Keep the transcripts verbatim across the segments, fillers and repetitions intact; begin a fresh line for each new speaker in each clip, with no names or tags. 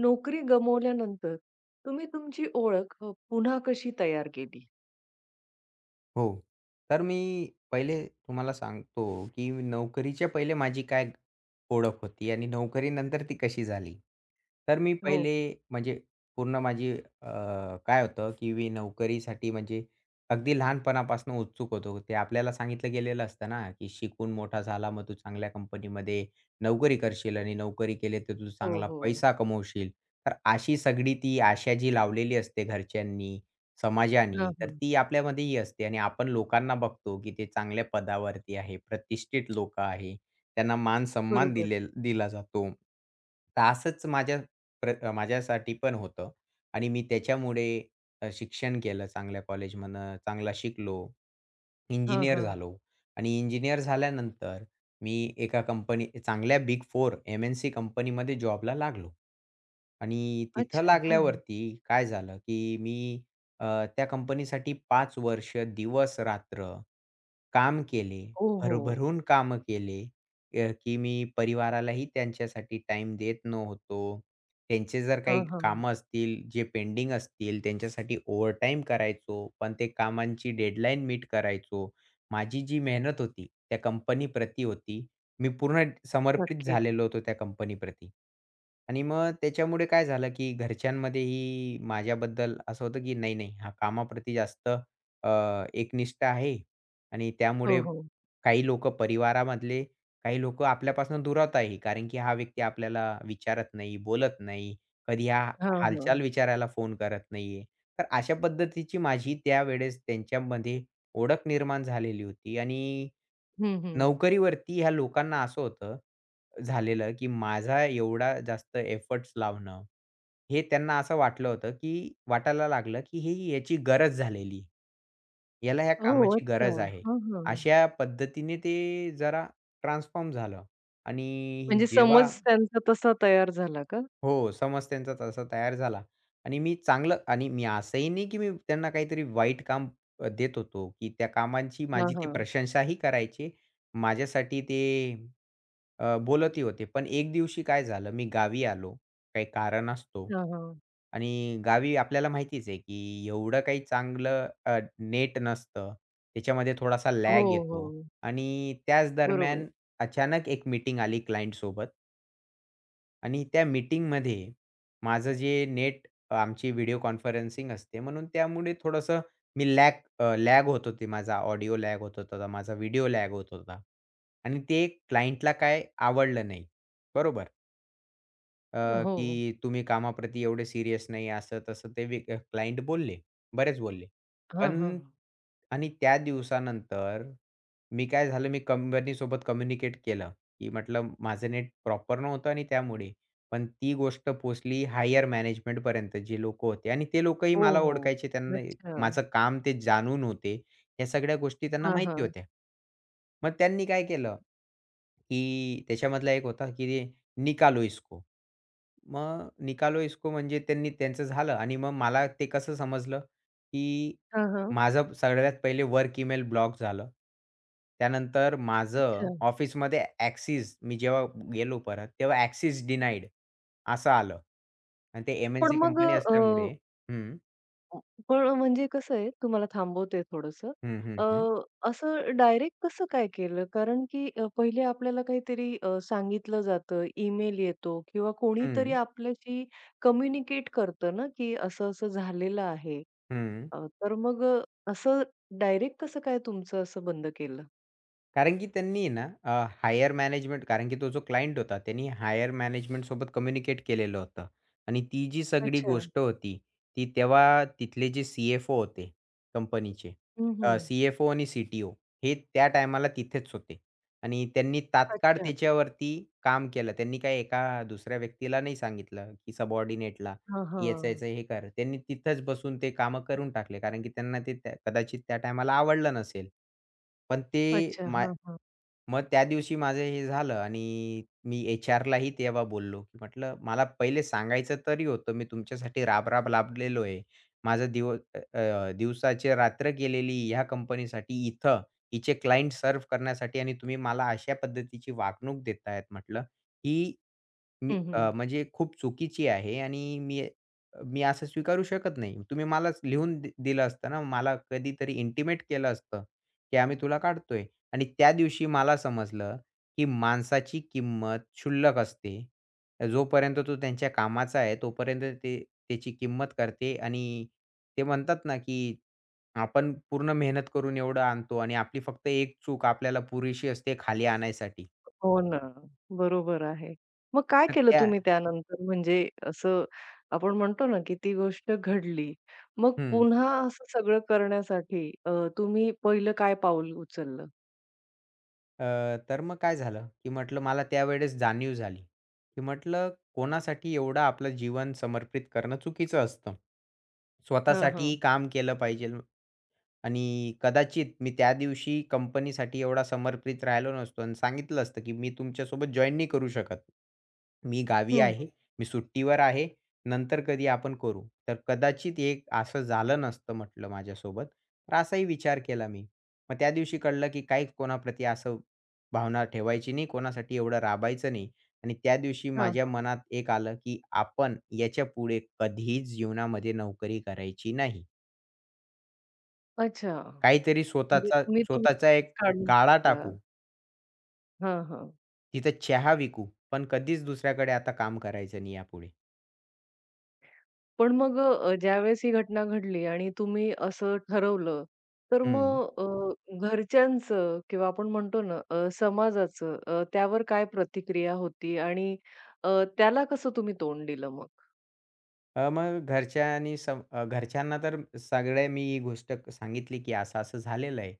नोकरी गमावल्यानंतर तुम्ही तुमची ओळख अ, पुन्हा कशी तयार केली?
हो. तर मी पहिले तुम्हाला सांगतो, की नोकरीच्या पहिले माझी काय ओळख होती आणि नोकरीनंतर ती कशी झाली. तर मी
हो,
पहिले
हो.
म्हणजे पूर्ण माझी अ, काय होतं, की मी नोकरीसाठी म्हणजे अगदी लहानपणापासून उत्सुक होतो. ते आपल्याला सांगितलं गेलेलं असतं ना, की शिकून मोठा झाला, मग तू चांगल्या कंपनीमध्ये नोकरी करशील आणि नोकरी केली तर तू
हो,
चांगला
हो.
पैसा कमवशील. तर अशी सगळी ती आशा जी लावलेली असते घरच्यांनी समाजाने,
हां,
तर
हां.
ती आपल्यामध्येही असते आणि आपण लोकांना बघतो, की ते चांगल्या पदावरती आहे, प्रतिष्ठित लोकं आहे. त्यांना मान-सन्मान
बरोबर.
दिलेल दिला जातो. तर असंच माझ्या प्र माझ्यासाठी पण होतं आणि मी त्याच्यामुळे अ, शिक्षण केलं चांगल्या कॉलेजमधनं, चांगला शिकलो.
हां,
इंजिनिअर
हां.
झालो आणि इंजिनिअर झाल्यानंतर मी एका कंपनी चांगल्या बिग चार एम-एन-सी कंपनीमध्ये जॉबला लागलो आणि तिथं
अच्छा. हां, हां.
लागल्यावरती काय झालं, की मी अ, त्या कंपनीसाठी पाच वर्ष दिवस-रात्र काम केले.
ओहो!
भरभरून काम केले, अ, की मी परिवारालाही त्यांच्यासाठी टाईम देत नव्हतो. त्यांचे जर
हां,
काही
हां.
कामं असतील, जे पेंडिंग असतील, त्यांच्यासाठी ओव्हरटाईम करायचो. पण ते कामांची डेडलाईन मीट करायचो. माझी जी मेहनत होती, त्या कंपनीप्रती होती. मी पूर्ण समर्पित
नक्कीच.
झालेलो होतो त्या कंपनीप्रती. आणि मग त्याच्यामुळे काय झालं, की घरच्यांमध्येही माझ्याबद्दल असं होतं, की नाही, नाही हा कामाप्रती जास्त अ, एकनिष्ठ आहे आणि
हो,
त्यामुळे
हो.
काही लोकं परिवारामधले काही लोकं आपल्यापासून दुरावत आहे. कारण की हा व्यक्ती आपल्याला विचारत नाही, बोलत नाही, कधी हा
हां, हां.
हालचाल विचारायला फोन करत नाहीये. तर अशा पद्धतीची माझी त्यावेळेस त्यांच्यामध्ये ओळख निर्माण झालेली होती आणि
हं, हं.
नोकरीवरती ह्या लोकांना असं होतं झालेलं, की माझा एवढा जास्त एफर्ट्स लावणं, हे त्यांना असं वाटलं होतं, की वाटायला लागलं, की ही याची गरज झालेली. याला ह्या
ओह!
कामाची
अच्छा.
गरज आहे.
हां, हां.
अशा पद्धतीने ते जरा ट्रान्सफॉर्म झालं आणि
म्हणजे
जेव्हा
समज त्यांचा तसा तयार झाला का?
हो, समज त्यांचा तसा तयार झाला आणि मी चांगलं आणि मी असंही नाही, की मी त्यांना काहीतरी वाईट काम अ, देत होतो, की त्या कामांची
हां,
माझी ते
हां.
प्रशंसाही करायचे. माझ्यासाठी ते अ, बोलतही होते. पण एक दिवशी काय झालं, मी गावी आलो. काही कारणास्तव
हां, हां.
आणि गावी आपल्याला माहितीच आहे, की एवढं काही चांगलं अ, नेट नसतं. त्याच्यामध्ये थोडासा
हो,
लॅग येतो
हो.
आणि त्याच
बरोबर.
दरम्यान अचानक एक मीटिंग आली क्लायंटसोबत आणि त्या मीटिंगमध्ये माझं जे नेट आमची व्हिडिओ कॉन्फरन्सिंग असते म्हणून त्यामुळे थोडंसं मी लॅग अ, लॅग होत होती. माझा ऑडिओ लॅग होत होता. माझा व्हिडिओ लॅग होत होता. आणि ते क्लायंटला काय आवडलं नाही. बरोबर. अ,
हो.
की तुम्ही कामाप्रती एवढे सीरियस नाही, असं-तसं ते वे क्लायंट बोलले. बरेच बोलले.
हां, हां.
पण आणि त्या दिवसानंतर मी काय झालं, मी कंपनीसोबत कम्युनिकेट केलं, की म्हटलं माझं नेट प्रॉपर नव्हतं आणि त्यामुळे. पण ती गोष्ट पोहोचली हायर मॅनेजमेंटपर्यंत जे लोकं होते आणि ते लोकंही मला
ओहो!
ओळखायचे. त्यांना
अच्छा.
माझं काम ते जाणून होते. ह्या सगळ्या गोष्टी त्यांना
हां,
माहिती
हां.
होत्या. मग त्यांनी काय केलं, की त्याच्यामधला एक होता, की "निकालो इसको." मग निकालो इसको म्हणजे त्यांनी त्यांचं झालं आणि मग मला ते कसं समजलं, की
हां, हां.
माझं सगळ्यात पहिले वर्क ईमेल ब्लॉक झालं. त्यानंतर माझं
अच्छा.
ऑफिसमध्ये ॲक्सेस मी जेव्हा गेलो परत, तेव्हा ॲक्सेस डिनाईड असं आलं. आणि ते
पण
एम-एन-सी
मग
कंपनी
अ
असल्यामुळे हं,
अ, पण म्हणजे कसं आहे, तुम्हाला थांबवते थोडंसं.
हं, हं,
अ,
हं,
असं डायरेक्ट कसं काय केलं? कारण की अ, पहिले आपल्याला काहीतरी अ, सांगितलं जातं, ईमेल येतो किंवा कोणीतरी
हं,
आपल्याशी कम्युनिकेट करतं ना, की असं-असं झालेलं आहे.
हं.
अ, तर मग अ, असं डायरेक्ट कसं काय तुमचं असं बंद केलं?
कारण की त्यांनी ना हायर मॅनेजमेंट कारण की तो जो क्लायंट होता त्यांनी हायर मॅनेजमेंट सोबत कम्युनिकेट केलेलं होतं आणि ती जी सगळी
अच्छा.
गोष्ट होती, ती तेव्हा तिथले जे सी-एफ-ओ होते कंपनीचे
हं,
अ,
हं.
सी-एफ-ओ आणि सी-टी-ओ हे त्या टायमाला तिथेच होते आणि त्यांनी तात्काळ
अच्छा.
त्याच्यावरती काम केलं. त्यांनी काही एका दुसऱ्या व्यक्तीला नाही सांगितलं, की सबऑर्डिनेटला.
हां, हां.
याचं-याचं हे कर. त्यांनी तिथंच बसून ते कामं करून टाकले. कारण की त्यांना ते त्या कदाचित त्या टायमाला आवडलं नसेल. पण ते
अच्छा.
मा
हां, हां.
मग त्या दिवशी माझं हे झालं आणि मी एचआरलाही तेव्हा बोललो, की म्हटलं, "मला पहिले सांगायचं तरी होतं. मी तुमच्यासाठी राब-राब लाबलेलो आहे. माझं दिव अ, अ, दिवसाची रात्र गेलेली ह्या कंपनीसाठी इथं. हिचे क्लायंट सर्व्ह करण्यासाठी आणि तुम्ही मला अशा पद्धतीची वागणूक देतायत." म्हटलं, "ही मी
हं, हं.
अ, म्हणजे खूप चुकीची आहे आणि मी मी असं स्वीकारू शकत नाही. तुम्ही मलाच लिहून दि दिलं असतं ना, मला कधीतरी इंटिमेट केलं असतं, की आम्ही तुला काढतोय आणि त्या दिवशी मला समजलं, की माणसाची किंमत क्षुल्लक असते. जोपर्यंत तो त्यांच्या कामाचा आहे, तोपर्यंत ते त्याची किंमत करते आणि ते म्हणतात ना, की आपण पूर्ण मेहनत करून एवढं आणतो आणि आपली फक्त एक चूक आपल्याला पुरेशी असते खाली आणायसाठी.
हो ना, बरोबर आहे. मग काय
तर
केलं
त्या
तुम्ही त्यानंतर? म्हणजे असं आपण म्हणतो ना, की ती गोष्ट घडली. मग
हं.
पुन्हा असं सगळं करण्यासाठी अ, तुम्ही पहिलं काय पाऊल उचललं?
अ, तर मग काय झालं, की म्हटलं मला त्यावेळेस जाणीव झाली, की म्हटलं कोणासाठी एवढं आपलं जीवन समर्पित करणं चुकीचं असतं.
हां,
स्वतःसाठीही
हां.
काम केलं पाहिजे. आणि कदाचित मी त्या दिवशी कंपनीसाठी एवढा समर्पित राहिलो नसतो आणि सांगितलं असतं, की मी तुमच्यासोबत जॉइन नाही करू शकत. मी गावी
हं,
आहे,
हं.
मी सुट्टीवर आहे, नंतर कधी आपण करू. तर कदाचित हे असं झालं नसतं म्हटलं माझ्यासोबत. तर असाही विचार केला मी. मग त्या दिवशी कळलं, की काही कोणाप्रती असं भावना ठेवायची नाही, कोणासाठी एवढं राबायचं नाही. आणि त्या दिवशी
हां,
माझ्या
हां.
मनात एक आलं, की आपण याच्यापुढे कधीच जीवनामध्ये नोकरी करायची नाही.
अच्छा.
काहीतरी
म्हणजे
स्वतःचा
तुम्ही तो
स्वतःचा
विषयच
एक
काढून
गाळा
टाकला.
टाकू.
हां, हां.
तिथं चहा विकू. पण कधीच दुसऱ्याकडे आता काम करायचं नाही यापुढे.
पण मग अ, ज्यावेळेस ही घटना घडली आणि तुम्ही असं ठरवलं, तर
हं.
मग अ, घरच्यांचं किंवा आपण म्हणतो ना अ, समाजाचं अ, त्यावर काय प्रतिक्रिया होती आणि अ, त्याला कसं तुम्ही तोंड दिलं मग?
अ, मग घरच्यांनी सम अ, घरच्यांना तर सगळ्या मी ही गोष्ट क- सांगितली, की असं-असं झालेलं आहे.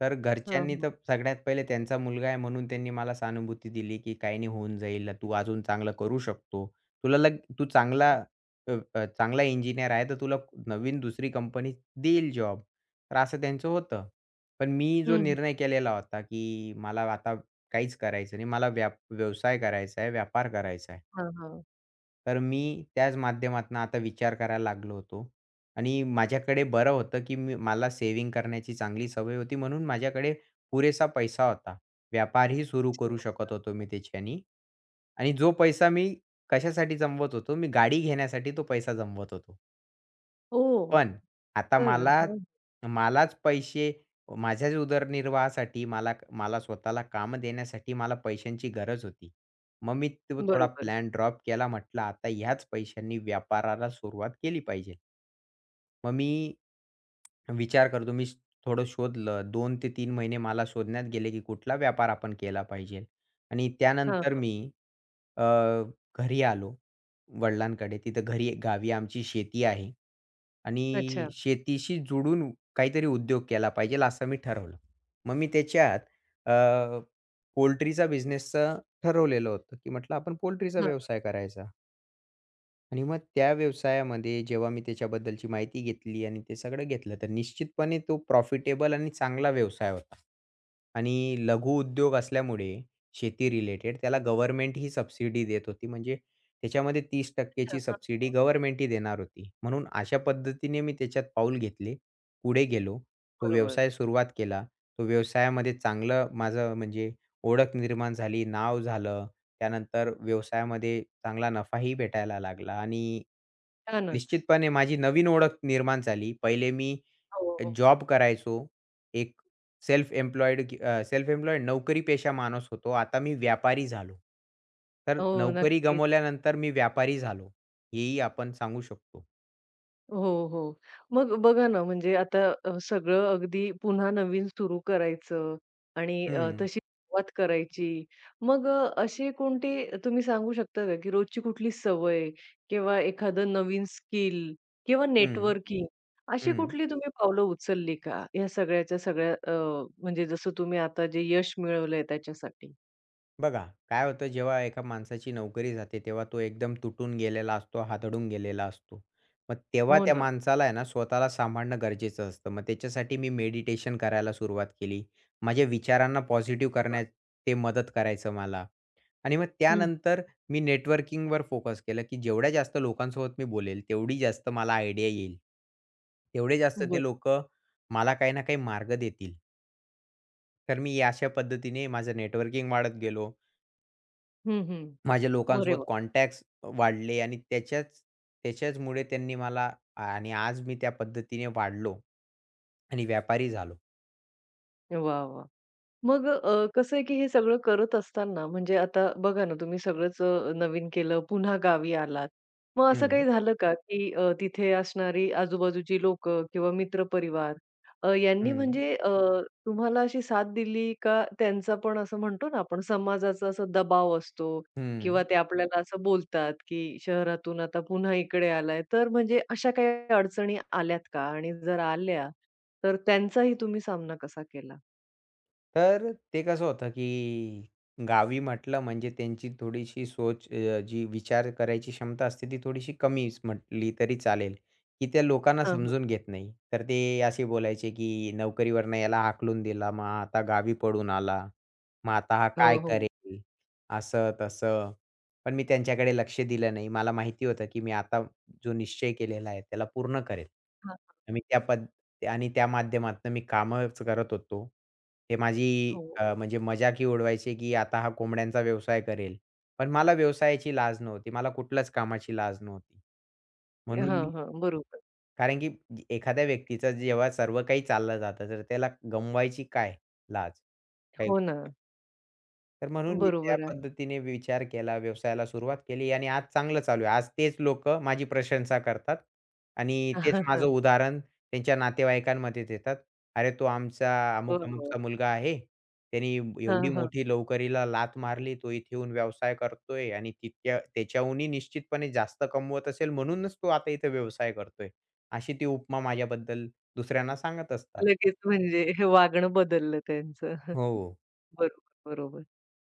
तर
हां,
घरच्यांनी
हां.
तर सगळ्यात पहिले त्यांचा मुलगा आहे म्हणून त्यांनी मला सहानुभूती दिली, की "काही नाही होऊन जाईल. तू अजून चांगलं करू शकतो. तुला लग तू चांगला अ, अ, चांगला इंजिनिअर आहे तर तुला नवीन दुसरी कंपनी देईल जॉब." तर असं त्यांचं होतं. पण मी जो
हं.
निर्णय केलेला होता, की मला आता काहीच करायचं नाही. मला व्याप व्यवसाय करायचा आहे, व्यापार करायचा आहे.
हां, हां.
तर मी त्याच माध्यमातनं आता विचार करायला लागलो होतो आणि माझ्याकडे बरं होतं, की मी मला सेव्हिंग करण्याची चांगली सवय होती म्हणून माझ्याकडे पुरेसा पैसा होता. व्यापारही सुरू
अच्छा.
करू शकत होतो मी त्याच्यानी आणि जो पैसा मी कशासाठी जमवत होतो, मी गाडी घेण्यासाठी तो पैसा जमवत होतो.
ओह!
पण आता
बरं.
मला
हां.
मलाच पैसे माझ्याच उदरनिर्वाहासाठी मला मला स्वतःला कामं देण्यासाठी मला पैशांची गरज होती. मग मी तो थोडा
बरोबर.
प्लॅन ड्रॉप केला. म्हटलं आता ह्याच पैशांनी व्यापाराला सुरुवात केली पाहिजे. मग मी विचार करतो. मी श- थोडं शोधलं. दोन ते तीन महिने मला शोधण्यात गेले, की कुठला व्यापार आपण केला पाहिजे. आणि
हां,
त्यानंतर
हां.
मी अ, घरी आलो. वडिलांकडे. तिथं घरी गावी आमची शेती आहे
अच्छा.
आणि शेतीशी जोडून काहीतरी उद्योग केला पाहिजेल असं मी ठरवलं. मग मी त्याच्यात अ, पोल्ट्रीचा बिझनेसचं ठरवलेलं होतं, की म्हटलं आपण पोल्ट्रीचा
हां,
व्यवसाय करायचा. आणि मग त्या व्यवसायामध्ये जेव्हा मी त्याच्याबद्दलची माहिती घेतली आणि ते सगळं घेतलं, तर निश्चितपणे तो प्रॉफिटेबल आणि चांगला व्यवसाय होता. आणि लघु उद्योग असल्यामुळे शेती रिलेटेड त्याला गव्हर्नमेंट ही सबसिडी देत होती. म्हणजे त्याच्यामध्ये तीस टक्के ची
हां.
सबसिडी गव्हर्नमेंट ही देणार होती. म्हणून अशा पद्धतीने मी त्याच्यात पाऊल घेतले. पुढे गेलो. तो
बरोबर.
व्यवसाय सुरुवात केला. तो व्यवसायामध्ये चांगलं माझं म्हणजे ओळख निर्माण झाली, नाव झालं. त्यानंतर व्यवसायामध्ये चांगला नफाही भेटायला लागला आणि
छानच.
निश्चितपणे माझी नवीन ओळख निर्माण झाली. पहिले मी
हो, हो.
जॉब करायचो. एक सेल्फ एम्प्लॉईड की अ, सेल्फ एम्प्लॉईड नोकरीपेशा माणूस होतो. आता मी व्यापारी झालो. तर
हो,
नोकरी
नक्कीच.
गमावल्यानंतर मी व्यापारी झालो. हेही आपण सांगू शकतो.
हो, हो. मग बघा ना, म्हणजे आता अ, सगळं अगदी पुन्हा नवीन सुरू करायचं आणि अ,
हं,
तशी सुरुवात करायची. मग अ, असे कोणते तुम्ही सांगू शकता का, की रोजची कुठली सवय किंवा एखादं नवीन स्किल किंवा
हं,
नेटवर्किंग अशी
हं.
कुठली तुम्ही पावलं उचलली का? या सगळ्याच्या सगळ्या अ, म्हणजे जसं तुम्ही आता जे यश मिळवलंय त्याच्यासाठी?
बघा, काय होतं जेव्हा एका माणसाची नोकरी जाते, तेव्हा तो एकदम तुटून गेलेला असतो, हादडून गेलेला असतो. मग तेव्हा
हो
त्या
ना.
माणसाला आहे ना, स्वतःला सांभाळणं गरजेचं असतं. मग त्याच्यासाठी मी मेडिटेशन करायला सुरुवात केली. माझ्या विचारांना पॉझिटिव्ह
वाह!
करण्यात ते मदत करायचं मला. आणि मग
हं.
त्यानंतर मी नेटवर्किंगवर फोकस केलं, की जेवढ्या जास्त लोकांसोबत मी बोलेल, तेवढी जास्त मला आयडिया येईल. तेवढे जास्त ते
बरं.
लोकं मला काही ना काही मार्ग देतील. तर मी या अशा पद्धतीने माझं नेटवर्किंग वाढत गेलो.
हं, हं.
माझ्या
अरे
लोकांसोबत
वाह!
कॉन्टॅक्ट्स वाढले आणि त्याच्याच त्याच्याचमुळे त्यांनी मला आणि आज मी त्या पद्धतीने वाढलो आणि व्यापारी झालो.
वाह! वाह! मग अ, कसं आहे की हे सगळं करत असताना म्हणजे आता बघा ना तुम्ही सगळंच अ, नवीन केलं, पुन्हा गावी आलात. मग असं काही
हं.
झालं का की अ, तिथे असणारी आजूबाजूची लोक, किंवा मित्रपरिवार अ, यांनी
हं,
म्हणजे अ, तुम्हाला अशी साथ दिली का त्यांचा पण असं म्हणतो ना आपण समाजाचा असा दबाव असतो किंवा
हं.
ते आपल्याला असं बोलतात की शहरातून आता पुन्हा इकडे आलाय, तर म्हणजे अशा काही अडचणी आल्यात का? आणि जर आल्या, तर त्यांचाही तुम्ही सामना कसा केला?
तर ते कसं होतं, की गावी म्हटलं म्हणजे त्यांची थोडीशी सोच अ, जी विचार करायची क्षमता असते ती थोडीशी कमीच म्हटली तरी चालेल, की त्या लोकांना समजून घेत नाही. तर ते असे बोलायचे, की नोकरीवरनं याला हाकलून दिला, मग आता गावी पळून आला. मग आता हा काय
हो, हो.
करेल? असं-तसं. पण मी त्यांच्याकडे लक्ष दिलं नाही. मला माहिती होतं, की मी आता जो निश्चय केलेला आहे त्याला पूर्ण करेल.
हां, हां.
मी त्या पद आणि त्या माध्यमातून मी कामच करत होतो. हे माझी
हो.
अ, म्हणजे मजाक ही उडवायचे, की आता हा कोंबड्यांचा व्यवसाय करेल. पण मला व्यवसायाची लाज नव्हती. मला कुठल्याच कामाची लाज नव्हती. म्हणून
हां,
मी
हां. बरोबर.
कारण की एखाद्या व्यक्तीचं जेव्हा सर्व काही चाललं जातं, तर त्याला गमवायची काय लाज? काही
हो ना.
तर म्हणून मी त्या
बरोबर आहे.
पद्धतीने विचार केला, व्यवसायाला सुरुवात केली आणि आज चांगलं चालू आहे. आज तेच लोक माझी प्रशंसा करतात आणि तेच माझं उदाहरण त्यांच्या नातेवाईकांमध्ये देतात. "अरे, तो आमचा
हो, हो.
अमुक-अमुकचा मुलगा आहे. त्यानी एवढी
हां, हां.
मोठी लोहकरीला लाथ मारली. तो इथे येऊन व्यवसाय करतोय आणि तितक्या त्याच्याहूनही निश्चितपणे जास्त कमवत असेल म्हणूनच तो आता इथे व्यवसाय करतोय." अशी ती उपमा माझ्याबद्दल दुसऱ्यांना सांगत असतात.
लगेच म्हणजे हे वागणं बदललं त्यांचं.
हो.
बरोबर, बरोबर.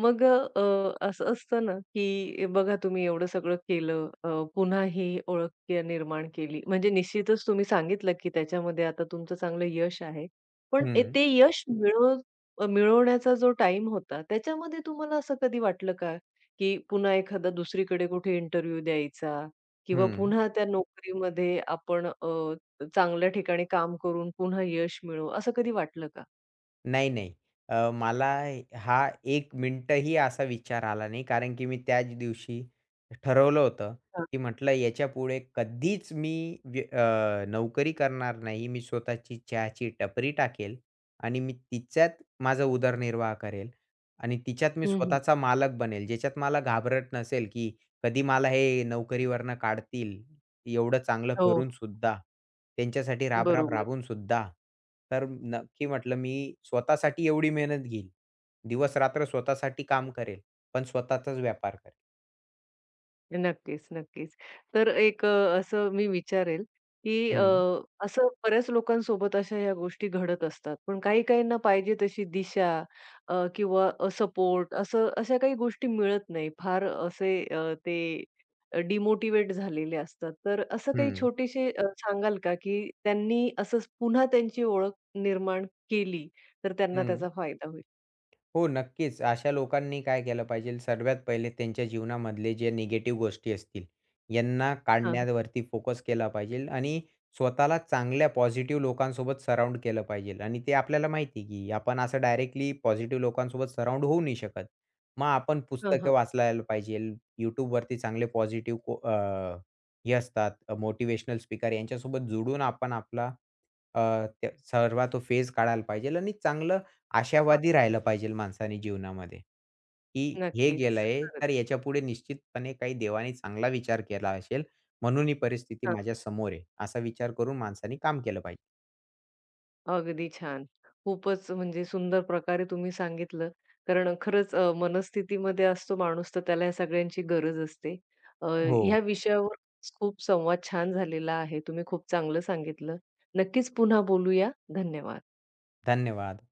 मग अ, अ, असं असतं ना, की बघा तुम्ही एवढं सगळं केलं, अ, पुन्हा ही ओळख के निर्माण केली. म्हणजे निश्चितच तुम्ही सांगितलं, की त्याच्यामध्ये आता तुमचं चांगलं यश आहे. पण ए
हं,
ते यश मिळव अ, मिळवण्याचा जो टाईम होता, त्याच्यामध्ये तुम्हाला असं कधी वाटलं का, की पुन्हा एखादा दुसरीकडे कुठे इंटरव्ह्यू द्यायचा किंवा
हं.
पुन्हा त्या नोकरीमध्ये आपण अ, चांगल्या ठिकाणी काम करून पुन्हा यश मिळवू, असं कधी वाटलं का?
नाही, नाही. अ, मला हा एक मिनिटही असा विचार आला नाही. कारण की मी त्याच दिवशी ठरवलं होतं,
हां.
की म्हटलं याच्यापुढे कधीच मी व्य अ, नोकरी करणार नाही. मी स्वतःची चहाची टपरी टाकेल आणि मी तिच्यात माझा उदरनिर्वाह करेल आणि तिच्यात मी
हं, हं.
स्वतःचा मालक बनेल. ज्याच्यात मला घाबरट नसेल, की कधी मला हे नोकरीवरनं काढतील. एवढं चांगलं
हो.
करून सुद्धा, त्यांच्यासाठी राब-राब
बरोबर.
राबून सुद्धा. तर नक्की म्हटलं मी स्वतःसाठी एवढी मेहनत घेईल. दिवस-रात्र स्वतःसाठी काम करेल, पण स्वतःचाच व्यापार करेल.
नक्कीच, नक्कीच. तर एक अ, असं मी विचारेल, की अ,
हं,
असं बऱ्याच लोकांसोबत अशा ह्या गोष्टी घडत असतात. पण काही-काहींना पाहिजे तशी दिशा अ, किंवा सपोर्ट असं अशा काही गोष्टी मिळत नाही. फार असे अ, ते अ, डिमोटिव्हेट झालेले असतात. तर असं काही
हं,
छोटेसे अ, सांगाल का, की त्यांनी असंच पुन्हा त्यांची ओळख निर्माण केली, तर त्यांना
हं.
त्याचा फायदा होईल?
हो, नक्कीच. अशा लोकांनी काय केलं पाहिजे, सर्वात पहिले त्यांच्या जीवनामधले जे निगेटिव्ह गोष्टी असतील, यांना
हां,
काढण्यावरती फोकस केला पाहिजे आणि स्वतःला चांगल्या पॉझिटिव्ह लोकांसोबत सराउंड केलं पाहिजे आणि ते आपल्याला माहिती आहे, की आपण असं डायरेक्टली पॉझिटिव्ह लोकांसोबत सराउंड होऊ नाही शकत. मग आपण
हां, हां,
पुस्तकं वाचायला पाहिजे. YouTubeवरती चांगले पॉझिटिव्ह हे असतात अ, स्पीकर यांच्यासोबत जुडून आपण आपला अ, त्या सर्वात तो फेज काढायला पाहिजे आणि चांगलं
हां.
आशावादी राहिलं पाहिजे माणसाने जीवनामध्ये, की हे
नक्कीच.
गेलंय,
खरंच.
तर याच्यापुढे निश्चितपणे काही देवाने चांगला विचार केला असेल, म्हणून ही परिस्थिती माझ्यासमोर आहे, असा विचार करून माणसाने काम केलं पाहिजे.
अगदी छान. खूपच म्हणजे सुंदर प्रकारे तुम्ही सांगितलं. कारण खरंच अ, मनस्थितीमध्ये असतो माणूस तर त्याला या सगळ्यांची गरज असते. अ,
हो.
ह्या विषयावर खूप संवाद छान झालेला आहे. तुम्ही खूप चांगलं सांगितलं. नक्कीच पुन्हा बोलूया. धन्यवाद.
धन्यवाद.